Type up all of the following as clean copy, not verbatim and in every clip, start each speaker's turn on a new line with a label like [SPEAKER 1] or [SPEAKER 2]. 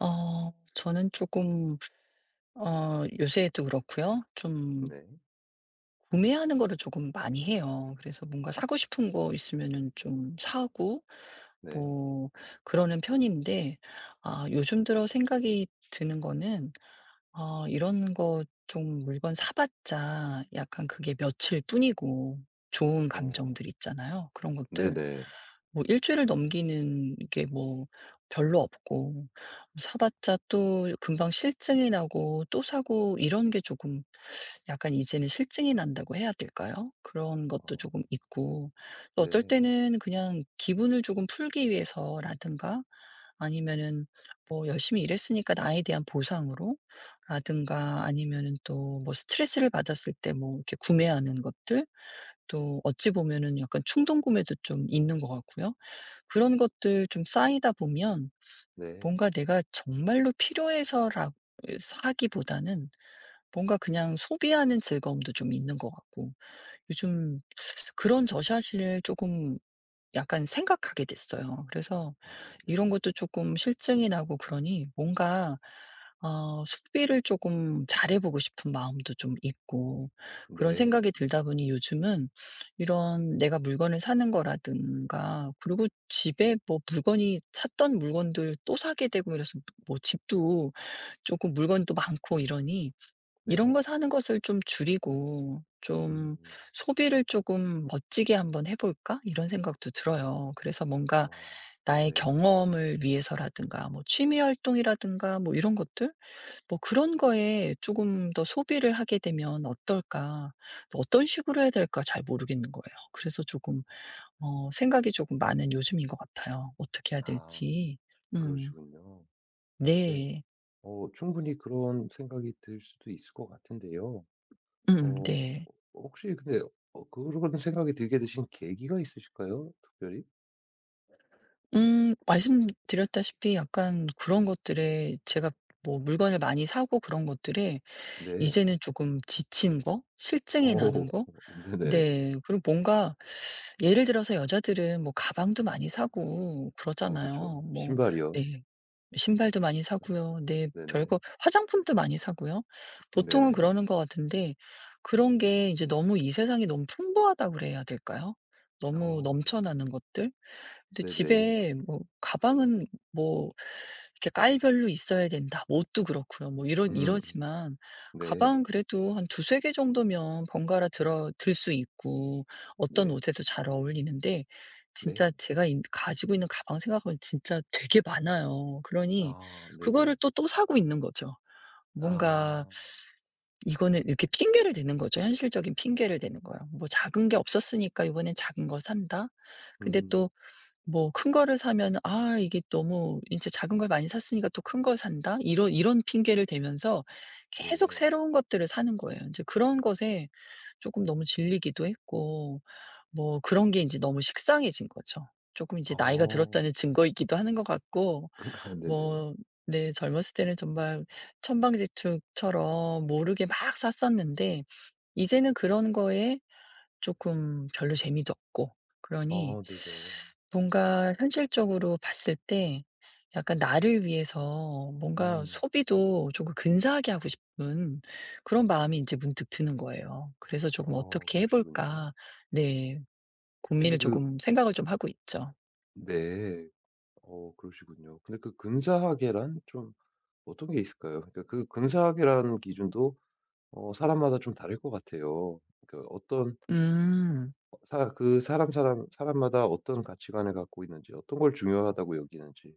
[SPEAKER 1] 저는 조금 요새도 그렇고요. 좀
[SPEAKER 2] 네.
[SPEAKER 1] 구매하는 거를 조금 많이 해요. 그래서 뭔가 사고 싶은 거 있으면은 좀 사고
[SPEAKER 2] 네.
[SPEAKER 1] 뭐 그러는 편인데, 아 요즘 들어 생각이 드는 거는, 아 이런 거 좀 물건 사 봤자 약간 그게 며칠 뿐이고, 좋은
[SPEAKER 2] 어.
[SPEAKER 1] 감정들 있잖아요. 그런 것들
[SPEAKER 2] 네네.
[SPEAKER 1] 뭐 일 주일을 넘기는 게 뭐 별로 없고, 사 봤자 또 금방 실증이 나고 또 사고 이런 게 조금, 약간 이제는 실증이 난다고 해야 될까요? 그런 것도
[SPEAKER 2] 어.
[SPEAKER 1] 조금 있고, 또 어떨
[SPEAKER 2] 네.
[SPEAKER 1] 때는 그냥 기분을 조금 풀기 위해서라든가, 아니면은 뭐 열심히 일했으니까 나에 대한 보상으로 라든가 아니면은 또 뭐 스트레스를 받았을 때 뭐 이렇게 구매하는 것들, 또 어찌 보면은 약간 충동 구매도 좀 있는 것 같고요. 그런 것들 좀 쌓이다 보면
[SPEAKER 2] 네.
[SPEAKER 1] 뭔가 내가 정말로 필요해서라 하기보다는 뭔가 그냥 소비하는 즐거움도 좀 있는 것 같고, 요즘 그런 저샷을 조금 약간 생각하게 됐어요. 그래서
[SPEAKER 2] 아
[SPEAKER 1] 이런
[SPEAKER 2] 네.
[SPEAKER 1] 것도 조금 실증이 나고 그러니 뭔가 어비를 조금 잘해 보고 싶은 마음도 좀 있고, 그런
[SPEAKER 2] 네.
[SPEAKER 1] 생각이 들다 보니 요즘은 이런 내가 물건을 사는 거라든가 그리고 집에 뭐 물건이 샀던 물건들 또 사게 되고 이래서 뭐 집도 조금 물건도 많고 이러니 이런
[SPEAKER 2] 네.
[SPEAKER 1] 거 사는 것을 좀 줄이고 좀
[SPEAKER 2] 음.
[SPEAKER 1] '소비를 조금 멋지게 한번 해 볼까?' 이런 생각도 들어요. 그래서 뭔가
[SPEAKER 2] 어.
[SPEAKER 1] 나의
[SPEAKER 2] 네.
[SPEAKER 1] 경험을 위해서라든가 뭐 취미 활동이라든가 뭐 이런 것들? 뭐 '그런 거에 조금 더 소비를 하게 되면 어떨까?' 또 어떤 식으로 해야 될까 잘 모르겠는 거예요. 그래서 조금 생각이 조금 많은 요즘인 것 같아요. 어떻게 해야
[SPEAKER 2] 아
[SPEAKER 1] 될지. 음.
[SPEAKER 2] 그러시군요. 네.
[SPEAKER 1] 네.
[SPEAKER 2] 어 충분히 그런 생각이 들 수도 있을 것 같은데요.
[SPEAKER 1] 음음,
[SPEAKER 2] 어
[SPEAKER 1] 네.
[SPEAKER 2] 혹시 근데 어 그런 생각이 들게 되신 계기가 있으실까요? 특별히?
[SPEAKER 1] 말씀드렸다시피 약간 그런 것들에 제가 뭐 물건을 많이 사고 그런 것들에
[SPEAKER 2] 네.
[SPEAKER 1] 이제는 조금 지친 거? 실증이 나는
[SPEAKER 2] 어.
[SPEAKER 1] 거?
[SPEAKER 2] 네네.
[SPEAKER 1] 네. 그리고 뭔가 예를 들어서 여자들은 뭐 가방도 많이 사고
[SPEAKER 2] 아 그쵸.
[SPEAKER 1] 그러잖아요. 뭐,
[SPEAKER 2] 신발이요?
[SPEAKER 1] 네. 신발도 많이 사고요. 네.
[SPEAKER 2] 네네.
[SPEAKER 1] 별거 화장품도 많이 사고요. 보통은
[SPEAKER 2] 네네.
[SPEAKER 1] 그러는 것 같은데 그런 게 이제 너무 이 세상이 너무 풍부하다고 그래야 될까요? 너무
[SPEAKER 2] 어.
[SPEAKER 1] 넘쳐나는 것들? 근데
[SPEAKER 2] 네네.
[SPEAKER 1] 집에 뭐 가방은 뭐 이렇게 깔별로 있어야 된다. 뭐 옷도 그렇고요. 뭐 이러
[SPEAKER 2] 음음.
[SPEAKER 1] 이러지만
[SPEAKER 2] 네.
[SPEAKER 1] 가방 그래도 한 두세 개 정도면 번갈아 들어 들 수 있고, 어떤
[SPEAKER 2] 네.
[SPEAKER 1] 옷에도 잘 어울리는데
[SPEAKER 2] 네.
[SPEAKER 1] 진짜 제가 가지고 있는 가방 생각하면 진짜 되게 많아요. 그러니
[SPEAKER 2] 아 네네.
[SPEAKER 1] 그거를 또 사고 있는 거죠. 뭔가
[SPEAKER 2] 아.
[SPEAKER 1] 이거는 이렇게 핑계를 대는 거죠. 현실적인 핑계를 대는 거예요. 뭐 작은 게 없었으니까 이번엔 작은 거 산다. 근데
[SPEAKER 2] 음
[SPEAKER 1] 또 뭐 큰 거를 사면 '아 이게 너무 인제 작은 걸 많이 샀으니까 또 큰 걸 산다.' 이런 핑계를 대면서 계속
[SPEAKER 2] 네.
[SPEAKER 1] 새로운 것들을 사는 거예요. 인제 그런 것에 쪼끔 너무 질리기도 했고, 뭐 그런 게 인제 너무 식상해진 거죠. 쪼끔 인제 나이가
[SPEAKER 2] 어.
[SPEAKER 1] 들었다는 증거이기도 하는 것 같고,
[SPEAKER 2] 아 네네.
[SPEAKER 1] 뭐 네 젊었을 때는 정말 천방지축처럼 모르게 막 샀었는데 이제는 그런 거에 조금 별로 재미도 없고 그러니
[SPEAKER 2] 어 네네.
[SPEAKER 1] 뭔가 현실적으로 봤을 때 약간 나를 위해서 뭔가
[SPEAKER 2] 음.
[SPEAKER 1] 소비도 조금 근사하게 하고 싶은 그런 마음이 이제 문득 드는 거예요. 그래서 조금
[SPEAKER 2] 어
[SPEAKER 1] '어떻게 해
[SPEAKER 2] 그러시군요.
[SPEAKER 1] 볼까?' 네.
[SPEAKER 2] 근데
[SPEAKER 1] 고민을
[SPEAKER 2] 그
[SPEAKER 1] 조금 생각을 좀 하고 있죠.
[SPEAKER 2] 네. 어 그러시군요. 근데 그 근사하게란 좀 어떤 게 있을까요? 그러니까 그 근사하게라는 기준도 어 사람마다 좀 다를 것 같아요. 그러니까 어떤
[SPEAKER 1] 음.
[SPEAKER 2] 어, 사그 사람, 사람 사람마다 어떤 가치관을 갖고 있는지 어떤 걸 중요하다고 여기는지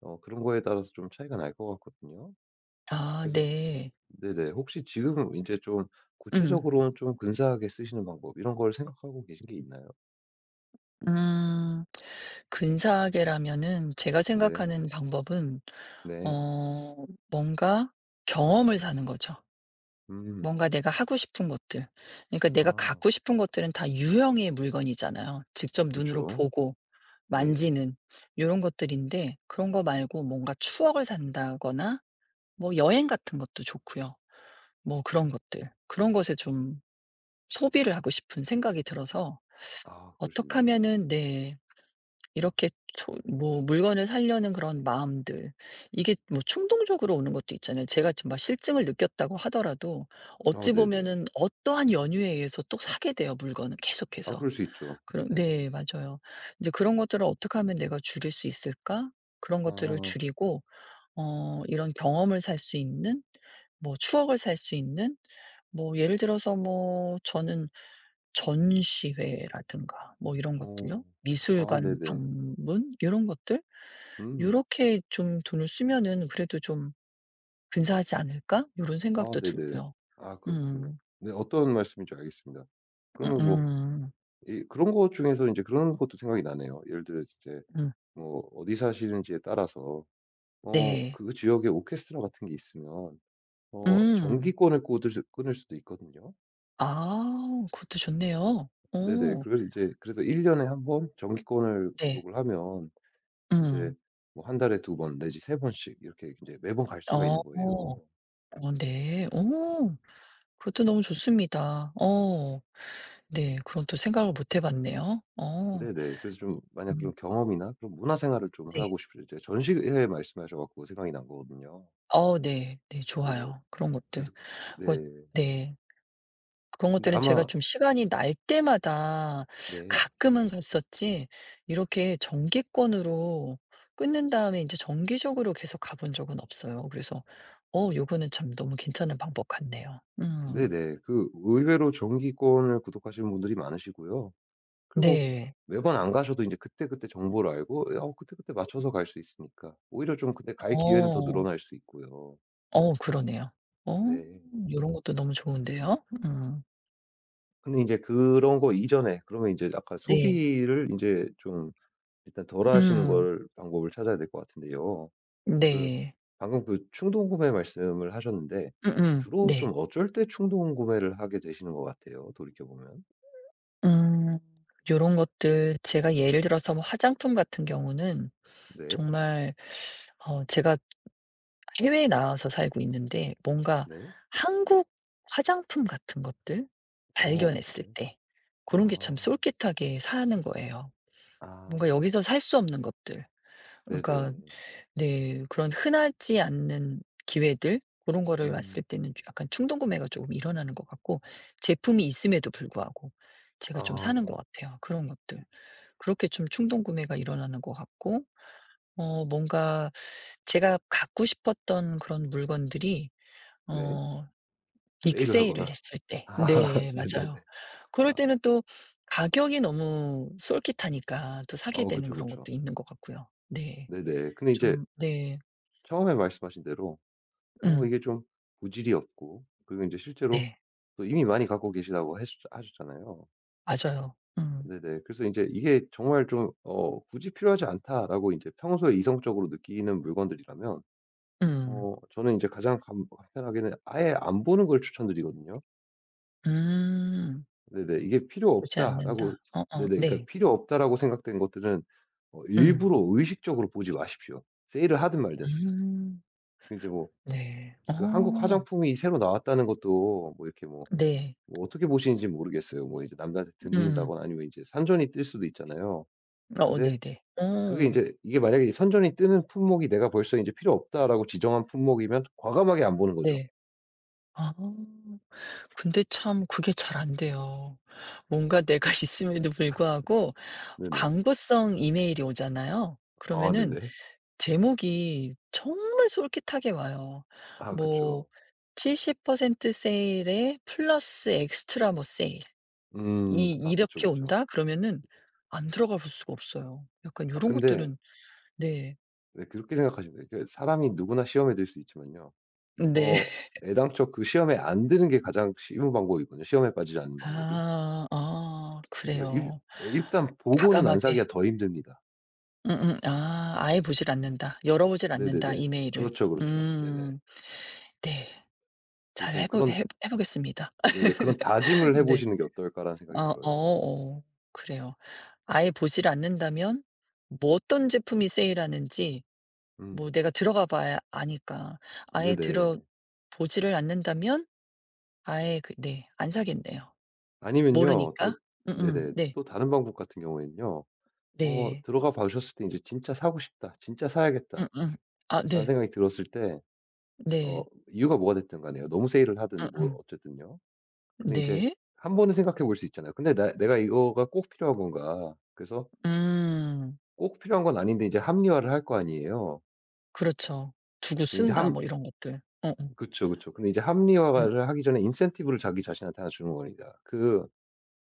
[SPEAKER 2] 어 그런 거에 따라서 좀 차이가 날 것 같거든요.
[SPEAKER 1] 아,
[SPEAKER 2] 그래서
[SPEAKER 1] 네.
[SPEAKER 2] 네네. 혹시 지금 이제 좀 구체적
[SPEAKER 1] 음.
[SPEAKER 2] 으로 좀 근사하게 쓰시는 방법 이런 걸 생각하고 계신 게 있나요?
[SPEAKER 1] 음. 근사하게라면은 제가
[SPEAKER 2] 네.
[SPEAKER 1] 생각하는 방법은
[SPEAKER 2] 네.
[SPEAKER 1] 어 뭔가 경험을 사는 거죠.
[SPEAKER 2] 음.
[SPEAKER 1] 뭔가 내가 하고 싶은 것들. 그러니까 내가
[SPEAKER 2] 아
[SPEAKER 1] 갖고 싶은 것들은 다 유형의 물건이잖아요. 직접 눈으로
[SPEAKER 2] 그쵸.
[SPEAKER 1] 보고
[SPEAKER 2] 네네.
[SPEAKER 1] 만지는 요런 것들인데 그런 거 말고 뭔가 추억을 산다거나 뭐 여행 같은 것도 좋고요. 뭐 그런 것들. 그런 것에 좀 소비를 하고 싶은 생각이 들어서
[SPEAKER 2] 아
[SPEAKER 1] 어떻게
[SPEAKER 2] 그러시군요.
[SPEAKER 1] 하면은, 네. 이렇게 초 뭐 물건을 사려는 그런 마음들 이게 뭐 충동적으로 오는 것도 있잖아요. 제가 지금 막 실증을 느꼈다고 하더라도
[SPEAKER 2] 아
[SPEAKER 1] 어찌
[SPEAKER 2] 네네.
[SPEAKER 1] 보면은 어떠한 연유에 의해서 또 사게 돼요, 물건은
[SPEAKER 2] 아
[SPEAKER 1] 계속해서.
[SPEAKER 2] 그럴 수 있죠.
[SPEAKER 1] 그런,
[SPEAKER 2] 네.
[SPEAKER 1] 네 맞아요. 이제 '그런 것들을 어떻게 하면 내가 줄일 수 있을까?' 그런 것들을
[SPEAKER 2] 아.
[SPEAKER 1] 줄이고 이런 경험을 살 수 있는, 뭐 추억을 살 수 있는, 뭐 예를 들어서 뭐 저는 전시회라든가 뭐 이런
[SPEAKER 2] 어.
[SPEAKER 1] 것들요.
[SPEAKER 2] 아
[SPEAKER 1] 미술관
[SPEAKER 2] 네네.
[SPEAKER 1] 방문 요런 것들?
[SPEAKER 2] 음.
[SPEAKER 1] 요렇게 좀 돈을 쓰면은 '그래도 좀 근사하지 않을까?' 요런
[SPEAKER 2] 아
[SPEAKER 1] 생각도
[SPEAKER 2] 네네.
[SPEAKER 1] 들고요.
[SPEAKER 2] 아 그렇군요.
[SPEAKER 1] 음.
[SPEAKER 2] 네 어떤 말씀인지 알겠습니다.
[SPEAKER 1] 음음.
[SPEAKER 2] 그러면 뭐
[SPEAKER 1] 음.
[SPEAKER 2] 이 그런 것 중에서 인제 그런 것도 생각이 나네요. 예를 들어 이제
[SPEAKER 1] 음.
[SPEAKER 2] 뭐 어디 사시는지에 따라서 어
[SPEAKER 1] 네.
[SPEAKER 2] 그 지역에 오케스트라 같은 게 있으면 어
[SPEAKER 1] 음.
[SPEAKER 2] 정기권을 꽂을 수 끊을 수도 있거든요.
[SPEAKER 1] 아, 그것도 좋네요.
[SPEAKER 2] 네네.
[SPEAKER 1] 어.
[SPEAKER 2] 그래서 1년 년에 한 번 정기권을
[SPEAKER 1] 네.
[SPEAKER 2] 구독을 하면 이제
[SPEAKER 1] 음.
[SPEAKER 2] 뭐 한 달에 두 번 내지 세 번씩 이렇게 이제 매번 갈 수가 있는
[SPEAKER 1] 어.
[SPEAKER 2] 거예요.
[SPEAKER 1] 어, 네. 어, 그것도 너무 좋습니다. 어. 네. 그건 또 생각을 못 해 봤네요. 어.
[SPEAKER 2] 네네. 그래서 좀 만약
[SPEAKER 1] 음,
[SPEAKER 2] 그런 경험이나 그런 문화 생활을 좀
[SPEAKER 1] 네.
[SPEAKER 2] 하고 싶으실 때 전시회 말씀하셔 갖고 생각이 난 거거든요.
[SPEAKER 1] 어, 네. 네
[SPEAKER 2] 네네.
[SPEAKER 1] 좋아요. 그런 것들.
[SPEAKER 2] 그래서
[SPEAKER 1] 뭐,
[SPEAKER 2] 네.
[SPEAKER 1] 네. 그런
[SPEAKER 2] 근데
[SPEAKER 1] 것들은 제가
[SPEAKER 2] 아마
[SPEAKER 1] 좀 시간이 날 때마다
[SPEAKER 2] 네.
[SPEAKER 1] 가끔은 갔었지 이렇게 정기권으로 끊는 다음에 인제 정기적으로 계속 가본 적은 없어요. 그래서 요거는 참 너무 괜찮은 방법 같네요. 음.
[SPEAKER 2] 네네. 그 의외로 정기권을 구독하시는 분들이 많으시고요. 그리고 뭐
[SPEAKER 1] 네.
[SPEAKER 2] 매번 안 가셔도 이제 그때그때 정보를 알고 어 그때그때 맞춰서 갈 수 있으니까 오히려 좀 근데 갈 기회는 더
[SPEAKER 1] 어.
[SPEAKER 2] 늘어날 수 있고요.
[SPEAKER 1] 어, 그러네요. 어,
[SPEAKER 2] 네.
[SPEAKER 1] 요런 것도 너무 좋은데요. 음.
[SPEAKER 2] 근데 이제 그런 거 이전에 그러면 이제 아까
[SPEAKER 1] 네.
[SPEAKER 2] 소비를 이제 좀 일단 덜 하시는
[SPEAKER 1] 음.
[SPEAKER 2] 걸 방법을 찾아야 될 것 같은데요. 그
[SPEAKER 1] 네.
[SPEAKER 2] 방금 그 충동 구매 말씀을 하셨는데
[SPEAKER 1] 음음.
[SPEAKER 2] 주로 좀
[SPEAKER 1] 네.
[SPEAKER 2] 어쩔 때 충동 구매를 하게 되시는 것 같아요, 돌이켜 보면?
[SPEAKER 1] 음. 요런 것들 제가 예를 들어서 뭐 화장품 같은 경우는
[SPEAKER 2] 네.
[SPEAKER 1] 정말 제가 해외에 나와서 살고 있는데 뭔가
[SPEAKER 2] 네.
[SPEAKER 1] 한국 화장품 같은 것들
[SPEAKER 2] 어
[SPEAKER 1] 발견했을
[SPEAKER 2] 네.
[SPEAKER 1] 때 그런 게 참
[SPEAKER 2] 아.
[SPEAKER 1] 솔깃하게 사는 거예요. 뭔가
[SPEAKER 2] 아.
[SPEAKER 1] 여기서 살 수 없는 것들. 그러니까
[SPEAKER 2] 네네.
[SPEAKER 1] 네 그런 흔하지 않는 기회들 그런 거를
[SPEAKER 2] 음.
[SPEAKER 1] 왔을 때는 약간 충동 구매가 조금 일어나는 것 같고, 제품이 있음에도 불구하고 제가 좀 사는 것
[SPEAKER 2] 아.
[SPEAKER 1] 같아요, 그런 것들. 그렇게 좀 충동 구매가 일어나는 것 같고, 뭔가 제가 갖고 싶었던 그런 물건들이
[SPEAKER 2] 네.
[SPEAKER 1] 어
[SPEAKER 2] 세일을
[SPEAKER 1] 빅세일을
[SPEAKER 2] 하거나.
[SPEAKER 1] 했을 때
[SPEAKER 2] 아
[SPEAKER 1] 네
[SPEAKER 2] 네네네.
[SPEAKER 1] 맞아요. 그럴
[SPEAKER 2] 아
[SPEAKER 1] 때는 또 가격이 너무 솔깃하니까 또 사게
[SPEAKER 2] 어
[SPEAKER 1] 되는
[SPEAKER 2] 그쵸,
[SPEAKER 1] 그런
[SPEAKER 2] 그쵸.
[SPEAKER 1] 것도 있는 것 같고요. 네.
[SPEAKER 2] 네네. 근데 이제
[SPEAKER 1] 좀, 네.
[SPEAKER 2] 처음에 말씀하신 대로 어
[SPEAKER 1] 음.
[SPEAKER 2] 이게 좀 부질이 없고 그리고 인제 실제로
[SPEAKER 1] 네.
[SPEAKER 2] 또 이미 많이 갖고 계시다고 했었 하셨잖아요.
[SPEAKER 1] 맞아요. 음.
[SPEAKER 2] 네네. 그래서 인제 이게 정말 좀 어 '굳이 필요하지 않다.'라고 인제 평소에 이성적으로 느끼는 물건들이라면
[SPEAKER 1] 음.
[SPEAKER 2] 어 저는 인제 가장 간 간편하게는 아예 안 보는 걸 추천드리거든요.
[SPEAKER 1] 음.
[SPEAKER 2] 네네. 이게 '필요
[SPEAKER 1] 보지
[SPEAKER 2] 없다.'라고
[SPEAKER 1] 않는다. 어어,
[SPEAKER 2] 네네. 그러니까
[SPEAKER 1] 네.
[SPEAKER 2] '필요 없다.'라고 생각된 것들은 어
[SPEAKER 1] 음.
[SPEAKER 2] 일부러 의식적으로 보지 마십시오, 세일을 하든 말든.
[SPEAKER 1] 음.
[SPEAKER 2] 이제 뭐
[SPEAKER 1] 네.
[SPEAKER 2] 그 한국
[SPEAKER 1] 어.
[SPEAKER 2] 화장품이 새로 나왔다는 것도 뭐 이렇게 뭐
[SPEAKER 1] 네.
[SPEAKER 2] 뭐 어떻게 보시는지 모르겠어요. 뭐 이제 남들한테
[SPEAKER 1] 음.
[SPEAKER 2] 듣는다거나 아니면 이제 선전이 뜰 수도 있잖아요.
[SPEAKER 1] 어,
[SPEAKER 2] 근데
[SPEAKER 1] 네네.
[SPEAKER 2] 그게 이
[SPEAKER 1] 어.
[SPEAKER 2] 제 이게 만약에 이 선전이 뜨는 품목이 내가 벌써 이제 '필요 없다.'라고 지정한 품목이면 과감하게 안 보는 거죠.
[SPEAKER 1] 네. 아. 근데 참 그게 잘 안 돼요. 뭔가 내가 있음에도 불구하고
[SPEAKER 2] 네네.
[SPEAKER 1] 광고성 이메일이 오잖아요.
[SPEAKER 2] 아
[SPEAKER 1] 그러면은
[SPEAKER 2] 네네.
[SPEAKER 1] 제목이 정말 솔깃하게 와요.
[SPEAKER 2] 아
[SPEAKER 1] 뭐
[SPEAKER 2] 그쵸.
[SPEAKER 1] 70% 세일에 플러스 엑스트라 뭐 세일
[SPEAKER 2] 음.
[SPEAKER 1] 이
[SPEAKER 2] 아 그쵸,
[SPEAKER 1] 이렇게
[SPEAKER 2] 그쵸.
[SPEAKER 1] 온다 그러면은 안 들어가 볼 수가 없어요. 약간
[SPEAKER 2] 아
[SPEAKER 1] 요런
[SPEAKER 2] 근데
[SPEAKER 1] 것들은, 네.
[SPEAKER 2] 네 그렇게 생각하시면 돼요. 그니까 사람이 누구나 시험에 들 수 있지만요.
[SPEAKER 1] 네.
[SPEAKER 2] 어 애당초 그 시험에 안 드는 게 가장 쉬운 방법이거든요 시험에 빠지지 않는 방법이.
[SPEAKER 1] 아. 아,
[SPEAKER 2] 그러니까 일
[SPEAKER 1] 그래요.
[SPEAKER 2] 네, 일단 보고는 안
[SPEAKER 1] 과감하게
[SPEAKER 2] 사기가 더 힘듭니다.
[SPEAKER 1] 음음. 아, 아예 보질 않는다. 열어보질 않는다,
[SPEAKER 2] 네네네.
[SPEAKER 1] 이메일을.
[SPEAKER 2] 그렇죠, 그렇죠. 네네.
[SPEAKER 1] 음. 네.
[SPEAKER 2] 그래서
[SPEAKER 1] 잘
[SPEAKER 2] 좀
[SPEAKER 1] 해보
[SPEAKER 2] 그런
[SPEAKER 1] 해 해 보겠습니다.
[SPEAKER 2] 네네 그런 다짐을 해
[SPEAKER 1] 네.
[SPEAKER 2] 보시는 게 어떨까라는 생각이
[SPEAKER 1] 어 어
[SPEAKER 2] 들어요.
[SPEAKER 1] 어. 그래요. 아예 보질 않는다면 뭐 어떤 제품이 세일하는지
[SPEAKER 2] 음
[SPEAKER 1] 뭐 내가 들어가 봐야 아니까. 아예
[SPEAKER 2] 네네.
[SPEAKER 1] 들어 보지를 않는다면 아예 그 네 안 사겠네요.
[SPEAKER 2] 아니면요 또
[SPEAKER 1] 모르니까. 음음.
[SPEAKER 2] 네네
[SPEAKER 1] 네.
[SPEAKER 2] 또 다른 방법 같은 경우에는요. 어
[SPEAKER 1] 네.
[SPEAKER 2] 들어가 보셨을 때 이제 '진짜 사고 싶다. 진짜
[SPEAKER 1] 음음.
[SPEAKER 2] 사야겠다.'라는
[SPEAKER 1] 아, 네.
[SPEAKER 2] 생각이 들었을 때 어
[SPEAKER 1] 네.
[SPEAKER 2] 이유가 뭐가 됐든 간에요. 너무 세일을 하든 뭐
[SPEAKER 1] 음음.
[SPEAKER 2] 어쨌든요. 근데 이제
[SPEAKER 1] 네.
[SPEAKER 2] 한 번은 생각해 볼 수 있잖아요. '근데 나 내가 이거가 꼭 필요한 건가?' 그래서
[SPEAKER 1] 음.
[SPEAKER 2] 꼭 필요한 건 아닌데 이제 합리화를 할 거 아니에요.
[SPEAKER 1] 그렇죠. "두고
[SPEAKER 2] 근데 제
[SPEAKER 1] 쓴다."
[SPEAKER 2] 함
[SPEAKER 1] 뭐 이런 것들. 어어.
[SPEAKER 2] 그쵸, 그쵸. 근데 이제
[SPEAKER 1] 음.
[SPEAKER 2] 합리화를 하기 전에 인센티브를 자기 자신한테 하나 주는 겁니다. 그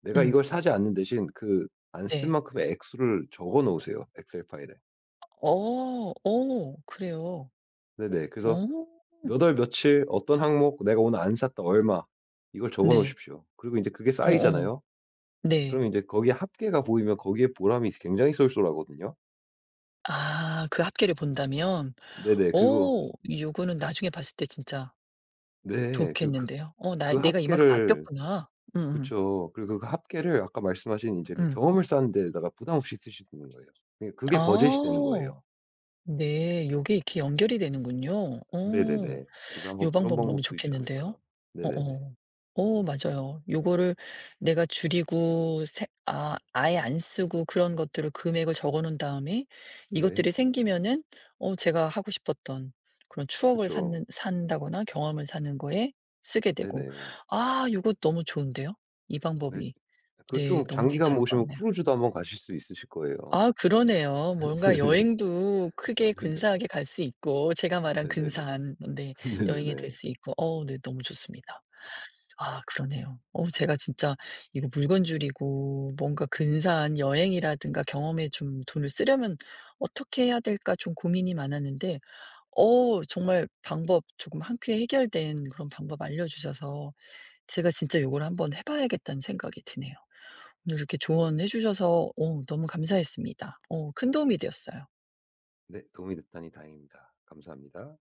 [SPEAKER 2] 내가
[SPEAKER 1] 음.
[SPEAKER 2] 이걸 사지 않는 대신 그 안 쓴
[SPEAKER 1] 네.
[SPEAKER 2] 만큼의 액수를 적어 놓으세요, 엑셀 파일에.
[SPEAKER 1] 어. 어, 그래요.
[SPEAKER 2] 네네.
[SPEAKER 1] 어.
[SPEAKER 2] 그래서 몇 월 며칠 어떤 항목 내가 오늘 안 샀다 얼마 이걸 적어
[SPEAKER 1] 네.
[SPEAKER 2] 놓으십시오. 그리고 이제 그게
[SPEAKER 1] 어어.
[SPEAKER 2] 쌓이잖아요.
[SPEAKER 1] 네.
[SPEAKER 2] 그러면 이제 거기에 합계가 보이면 거기에 보람이 굉장히 쏠쏠하거든요.
[SPEAKER 1] 아, 그 합계를 본다면?
[SPEAKER 2] 네네.
[SPEAKER 1] 어,
[SPEAKER 2] 그리고
[SPEAKER 1] 요거는 나중에 봤을 때 진짜
[SPEAKER 2] 네. 그리고 그
[SPEAKER 1] 좋겠는데요. 어, 나
[SPEAKER 2] 그
[SPEAKER 1] '내가 이만큼
[SPEAKER 2] 합계를
[SPEAKER 1] 아꼈구나.' 음음.
[SPEAKER 2] 그쵸. 그리고 그 합계를 아까 말씀하신 이제
[SPEAKER 1] 음.
[SPEAKER 2] 그
[SPEAKER 1] 음.
[SPEAKER 2] 경험을 쌓는 데에다가 부담 없이 쓰시는 거예요. 예 그게 버젯이 되는
[SPEAKER 1] 아.
[SPEAKER 2] 거예요.
[SPEAKER 1] 네. 요게 이렇게 연결이 되는군요. 어.
[SPEAKER 2] 네네네. 그래서 한번
[SPEAKER 1] 요
[SPEAKER 2] 그런
[SPEAKER 1] 방법 너무
[SPEAKER 2] 방법도 있지
[SPEAKER 1] 좋겠는데요.
[SPEAKER 2] 않을까. 네네네.
[SPEAKER 1] 어어. 어, 맞아요. 요거를 내가 줄이고 아, 아예 안 쓰고 그런 것들을 금액을 적어 놓은 다음에
[SPEAKER 2] 네.
[SPEAKER 1] 이것들이 생기면은 제가 하고 싶었던 그런 추억을
[SPEAKER 2] 그쵸.
[SPEAKER 1] 쌓는 산다거나 경험을 사는 거에 쓰게 되고.
[SPEAKER 2] 네네.
[SPEAKER 1] 아, 요거 너무 좋은데요. 이
[SPEAKER 2] 네.
[SPEAKER 1] 방법이.
[SPEAKER 2] 그 좀
[SPEAKER 1] 네. 너무
[SPEAKER 2] 장기간
[SPEAKER 1] 괜찮을
[SPEAKER 2] 모시
[SPEAKER 1] 것
[SPEAKER 2] 면
[SPEAKER 1] 같네요.
[SPEAKER 2] 크루즈도 한번 가실 수 있으실 거예요.
[SPEAKER 1] 아, 그러네요. 뭔가
[SPEAKER 2] 네네.
[SPEAKER 1] 여행도
[SPEAKER 2] 아
[SPEAKER 1] 크게
[SPEAKER 2] 네네.
[SPEAKER 1] 근사하게 갈 수 있고 제가 말한
[SPEAKER 2] 네네네.
[SPEAKER 1] 근사한 네 여행이
[SPEAKER 2] 네네네.
[SPEAKER 1] 될 수 있고 어 네 너무 좋습니다. 아, 그러네요. 제가 진짜 이거 물건 줄이고 뭔가 근사한 여행이라든가 경험에 좀 돈을 쓰려면 어떻게 해야 될까 좀 고민이 많았는데 정말 방법 조금 한 큐에 해결된 그런 방법 알려 주셔서 제가 진짜 요걸 한번 해 봐야겠다는 생각이 드네요. 오늘 이렇게 조언해 주셔서 너무 감사했습니다. 큰 도움이 되었어요.
[SPEAKER 2] 네. 도움이 됐다니 다행입니다. 감사합니다.